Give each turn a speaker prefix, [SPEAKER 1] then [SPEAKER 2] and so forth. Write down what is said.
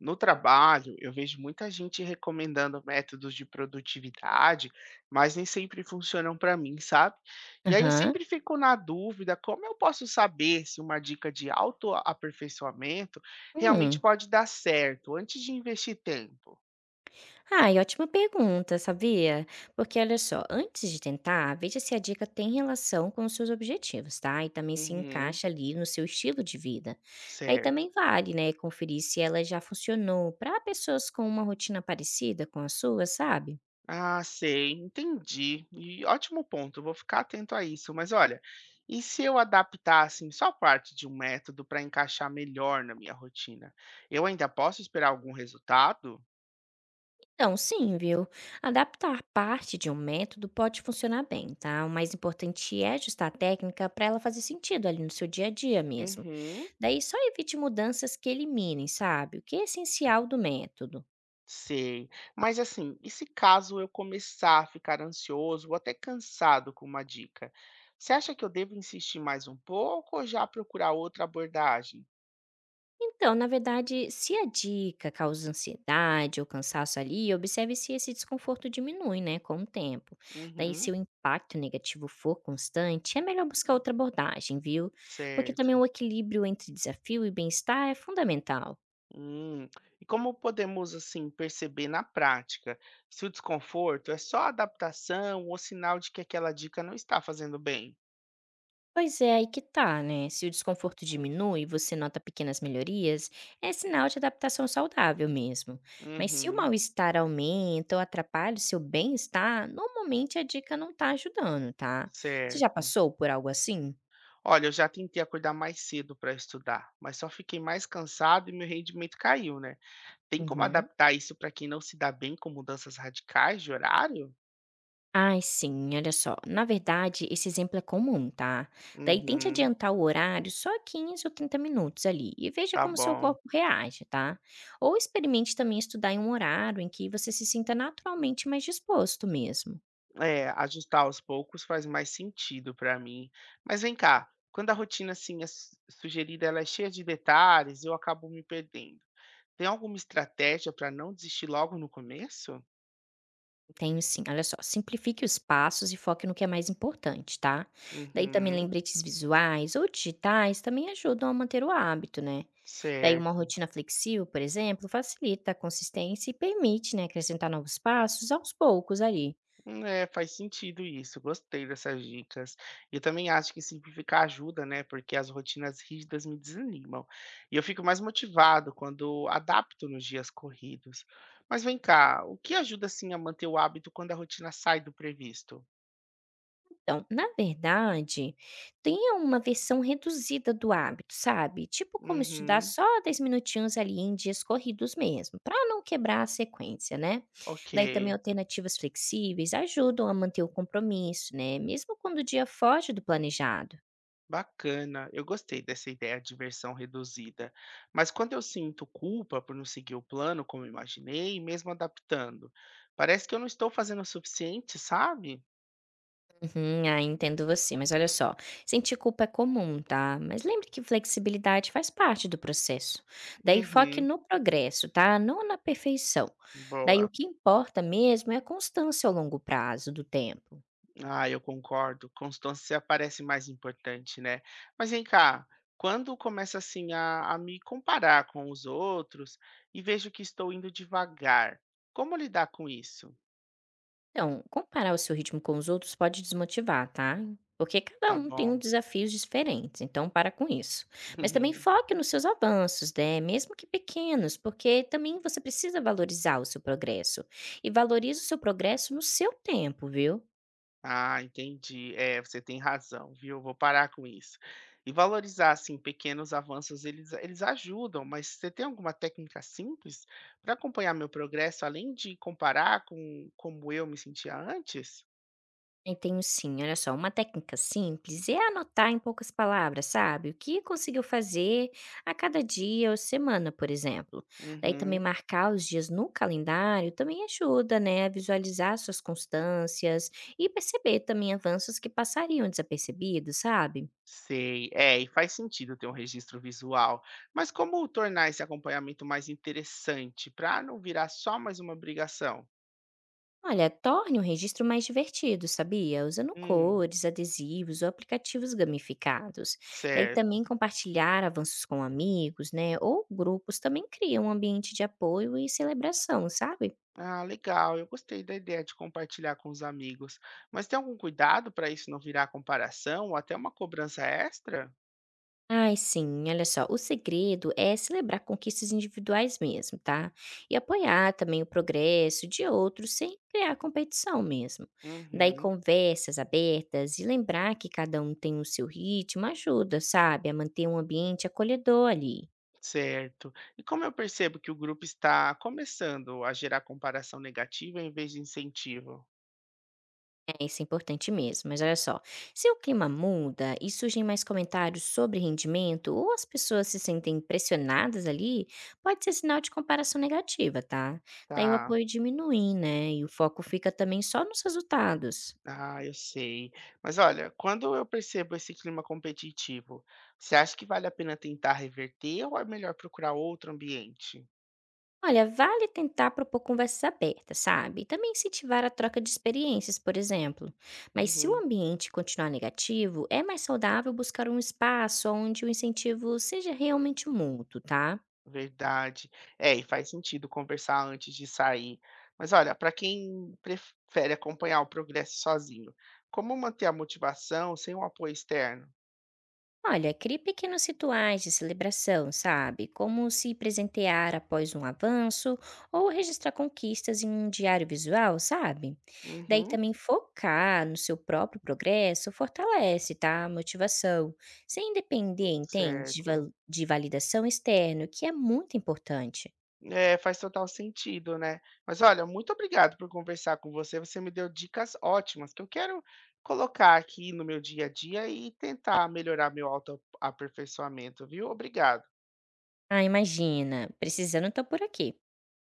[SPEAKER 1] No trabalho, eu vejo muita gente recomendando métodos de produtividade, mas nem sempre funcionam para mim, sabe? E aí eu
[SPEAKER 2] Aham.
[SPEAKER 1] sempre fico na dúvida, como eu posso saber se uma dica de autoaperfeiçoamento realmente
[SPEAKER 2] Hum.
[SPEAKER 1] pode dar certo antes de investir tempo?
[SPEAKER 2] Ai, ótima pergunta, sabia? Porque olha só, antes de tentar, veja se a dica tem relação com os seus objetivos, tá? E também se
[SPEAKER 1] Uhum,
[SPEAKER 2] encaixa ali no seu estilo de vida. Aí
[SPEAKER 1] certo.
[SPEAKER 2] também vale, né, conferir se ela já funcionou para pessoas com uma rotina parecida com a sua, sabe?
[SPEAKER 1] Ah, sei, entendi. E ótimo ponto, vou ficar atento a isso. Mas olha, e se eu adaptar assim só parte de um método para encaixar melhor na minha rotina? Eu ainda posso esperar algum resultado?
[SPEAKER 2] Então, sim, viu? Adaptar parte de um método pode funcionar bem, tá? O mais importante é ajustar a técnica para ela fazer sentido ali no seu dia a dia mesmo.
[SPEAKER 1] Uhum.
[SPEAKER 2] Daí só evite mudanças que eliminem, sabe, o que é essencial do método.
[SPEAKER 1] Sei. Mas assim, e se caso eu começar a ficar ansioso ou até cansado com uma dica? Você acha que eu devo insistir mais um pouco ou já procurar outra abordagem?
[SPEAKER 2] Então, na verdade, se a dica causa ansiedade ou cansaço ali, observe se esse desconforto diminui, né, com o tempo. Daí, se
[SPEAKER 1] Uhum,
[SPEAKER 2] o impacto negativo for constante, é melhor buscar outra abordagem, viu? Porque também
[SPEAKER 1] certo.
[SPEAKER 2] o equilíbrio entre desafio e bem-estar é fundamental.
[SPEAKER 1] Hum, e como podemos assim perceber na prática se o desconforto é só adaptação ou sinal de que aquela dica não está fazendo bem?
[SPEAKER 2] Pois é, aí que tá, né? Se o desconforto diminui e você nota pequenas melhorias, é sinal de adaptação saudável mesmo. Mas se o
[SPEAKER 1] Uhum,
[SPEAKER 2] mal-estar aumenta ou atrapalha o seu bem-estar, normalmente a dica não tá ajudando, tá? Você já
[SPEAKER 1] certo.
[SPEAKER 2] passou por algo assim?
[SPEAKER 1] Olha, eu já tentei acordar mais cedo para estudar, mas só fiquei mais cansado e meu rendimento caiu, né? Tem como
[SPEAKER 2] Uhum.
[SPEAKER 1] adaptar isso para quem não se dá bem com mudanças radicais de horário?
[SPEAKER 2] Ai, sim, olha só. Na verdade, esse exemplo é comum, tá? Daí tente
[SPEAKER 1] Uhum,
[SPEAKER 2] adiantar o horário só 15 ou 30 minutos ali e veja
[SPEAKER 1] tá
[SPEAKER 2] como seu
[SPEAKER 1] bom.
[SPEAKER 2] corpo reage, tá? Ou experimente também estudar em um horário em que você se sinta naturalmente mais disposto mesmo.
[SPEAKER 1] É, ajustar aos poucos faz mais sentido para mim. Mas vem cá, quando a rotina assim é sugerida, ela é cheia de detalhes, eu acabo me perdendo. Tem alguma estratégia para não desistir logo no começo?
[SPEAKER 2] Tenho sim, olha só, simplifique os passos e foque no que é mais importante, tá? Daí também
[SPEAKER 1] Uhum,
[SPEAKER 2] lembretes visuais ou digitais também ajudam a manter o hábito, né? Daí uma
[SPEAKER 1] certo.
[SPEAKER 2] rotina flexível, por exemplo, facilita a consistência e permite, né, acrescentar novos passos aos poucos ali.
[SPEAKER 1] É, faz sentido isso, gostei dessas dicas. Eu também acho que simplificar ajuda, né? Porque as rotinas rígidas me desanimam. E eu fico mais motivado quando adapto nos dias corridos. Mas vem cá, o que ajuda assim a manter o hábito quando a rotina sai do previsto?
[SPEAKER 2] Então, na verdade, tenha uma versão reduzida do hábito, sabe? Tipo como estudar
[SPEAKER 1] Uhum,
[SPEAKER 2] só 10 minutinhos ali em dias corridos mesmo, para não quebrar a sequência, né?
[SPEAKER 1] ok,
[SPEAKER 2] Daí também alternativas flexíveis ajudam a manter o compromisso, né? Mesmo quando o dia foge do planejado.
[SPEAKER 1] bacana. Eu gostei dessa ideia de versão reduzida. Mas quando eu sinto culpa por não seguir o plano como imaginei, mesmo adaptando, parece que eu não estou fazendo o suficiente, sabe?
[SPEAKER 2] Uhum, ah, entendo você, mas olha só, sentir culpa é comum, tá? Mas lembre que flexibilidade faz parte do processo. Daí foque
[SPEAKER 1] Uhum,
[SPEAKER 2] no progresso, tá? Não na perfeição. Daí
[SPEAKER 1] boa.
[SPEAKER 2] o que importa mesmo é a constância ao longo prazo do tempo.
[SPEAKER 1] Ah, eu concordo. Constância parece mais importante, né? Mas vem cá, quando começo assim a me comparar com os outros e vejo que estou indo devagar, como lidar com isso?
[SPEAKER 2] Então, comparar o seu ritmo com os outros pode desmotivar, tá? Porque cada
[SPEAKER 1] Tá
[SPEAKER 2] um tem um
[SPEAKER 1] bom.
[SPEAKER 2] desafios diferentes, então para com isso. Mas também foque nos seus avanços, né? Mesmo que pequenos, porque também você precisa valorizar o seu progresso. E valorize o seu progresso no seu tempo, viu?
[SPEAKER 1] Ah, entendi. É, você tem razão, viu? Vou parar com isso. E valorizar, assim, pequenos avanços, eles ajudam, mas você tem alguma técnica simples para acompanhar meu progresso, além de comparar com como eu me sentia antes?
[SPEAKER 2] Eu tenho sim, olha só, uma técnica simples é anotar em poucas palavras, sabe? O que conseguiu fazer a cada dia ou semana, por exemplo. Daí também
[SPEAKER 1] Uhum,
[SPEAKER 2] marcar os dias no calendário também ajuda, né, a visualizar suas constâncias e perceber também avanços que passariam desapercebidos, sabe?
[SPEAKER 1] sei. É, e faz sentido ter um registro visual. Mas como tornar esse acompanhamento mais interessante para não virar só mais uma obrigação?
[SPEAKER 2] Olha, torne o registro mais divertido, sabia? Usando
[SPEAKER 1] Hum,
[SPEAKER 2] cores, adesivos ou aplicativos gamificados. Daí
[SPEAKER 1] certo.
[SPEAKER 2] também compartilhar avanços com amigos, né? Ou grupos também cria um ambiente de apoio e celebração, sabe?
[SPEAKER 1] Ah, legal. Eu gostei da ideia de compartilhar com os amigos. Mas tem algum cuidado para isso não virar comparação ou até uma cobrança extra?
[SPEAKER 2] Ai, sim, olha só, o segredo é celebrar conquistas individuais mesmo, tá? E apoiar também o progresso de outros sem criar competição mesmo. Daí
[SPEAKER 1] Uhum,
[SPEAKER 2] conversas abertas e lembrar que cada um tem o seu ritmo ajuda, sabe, a manter um ambiente acolhedor ali.
[SPEAKER 1] certo. E como eu percebo que o grupo está começando a gerar comparação negativa em vez de incentivo?
[SPEAKER 2] É, isso é importante mesmo, mas olha só. Se o clima muda e surgem mais comentários sobre rendimento ou as pessoas se sentem pressionadas ali, pode ser sinal de comparação negativa, tá? Daí o
[SPEAKER 1] Tá.
[SPEAKER 2] apoio diminui, né? E o foco fica também só nos resultados.
[SPEAKER 1] Ah, eu sei. Mas olha, quando eu percebo esse clima competitivo, você acha que vale a pena tentar reverter ou é melhor procurar outro ambiente?
[SPEAKER 2] Olha, vale tentar propor conversas abertas, sabe? E também incentivar a troca de experiências, por exemplo. Mas se o
[SPEAKER 1] Uhum,
[SPEAKER 2] ambiente continuar negativo, é mais saudável buscar um espaço onde o incentivo seja realmente mútuo, tá?
[SPEAKER 1] verdade. É, e faz sentido conversar antes de sair. Mas olha, para quem prefere acompanhar o progresso sozinho, como manter a motivação sem o apoio externo?
[SPEAKER 2] Olha, crie pequenos rituais de celebração, sabe? Como se presentear após um avanço ou registrar conquistas em um diário visual, sabe? Daí
[SPEAKER 1] Uhum,
[SPEAKER 2] também focar no seu próprio progresso fortalece, tá? A motivação, sem depender, entende? De
[SPEAKER 1] certo.
[SPEAKER 2] de validação externa, que é muito importante.
[SPEAKER 1] É, faz total sentido, né. Mas olha, muito obrigado por conversar com você, você me deu dicas ótimas que eu quero colocar aqui no meu dia a dia e tentar melhorar meu autoaperfeiçoamento, viu. Obrigado.
[SPEAKER 2] Ah, imagina, precisando, tô por aqui.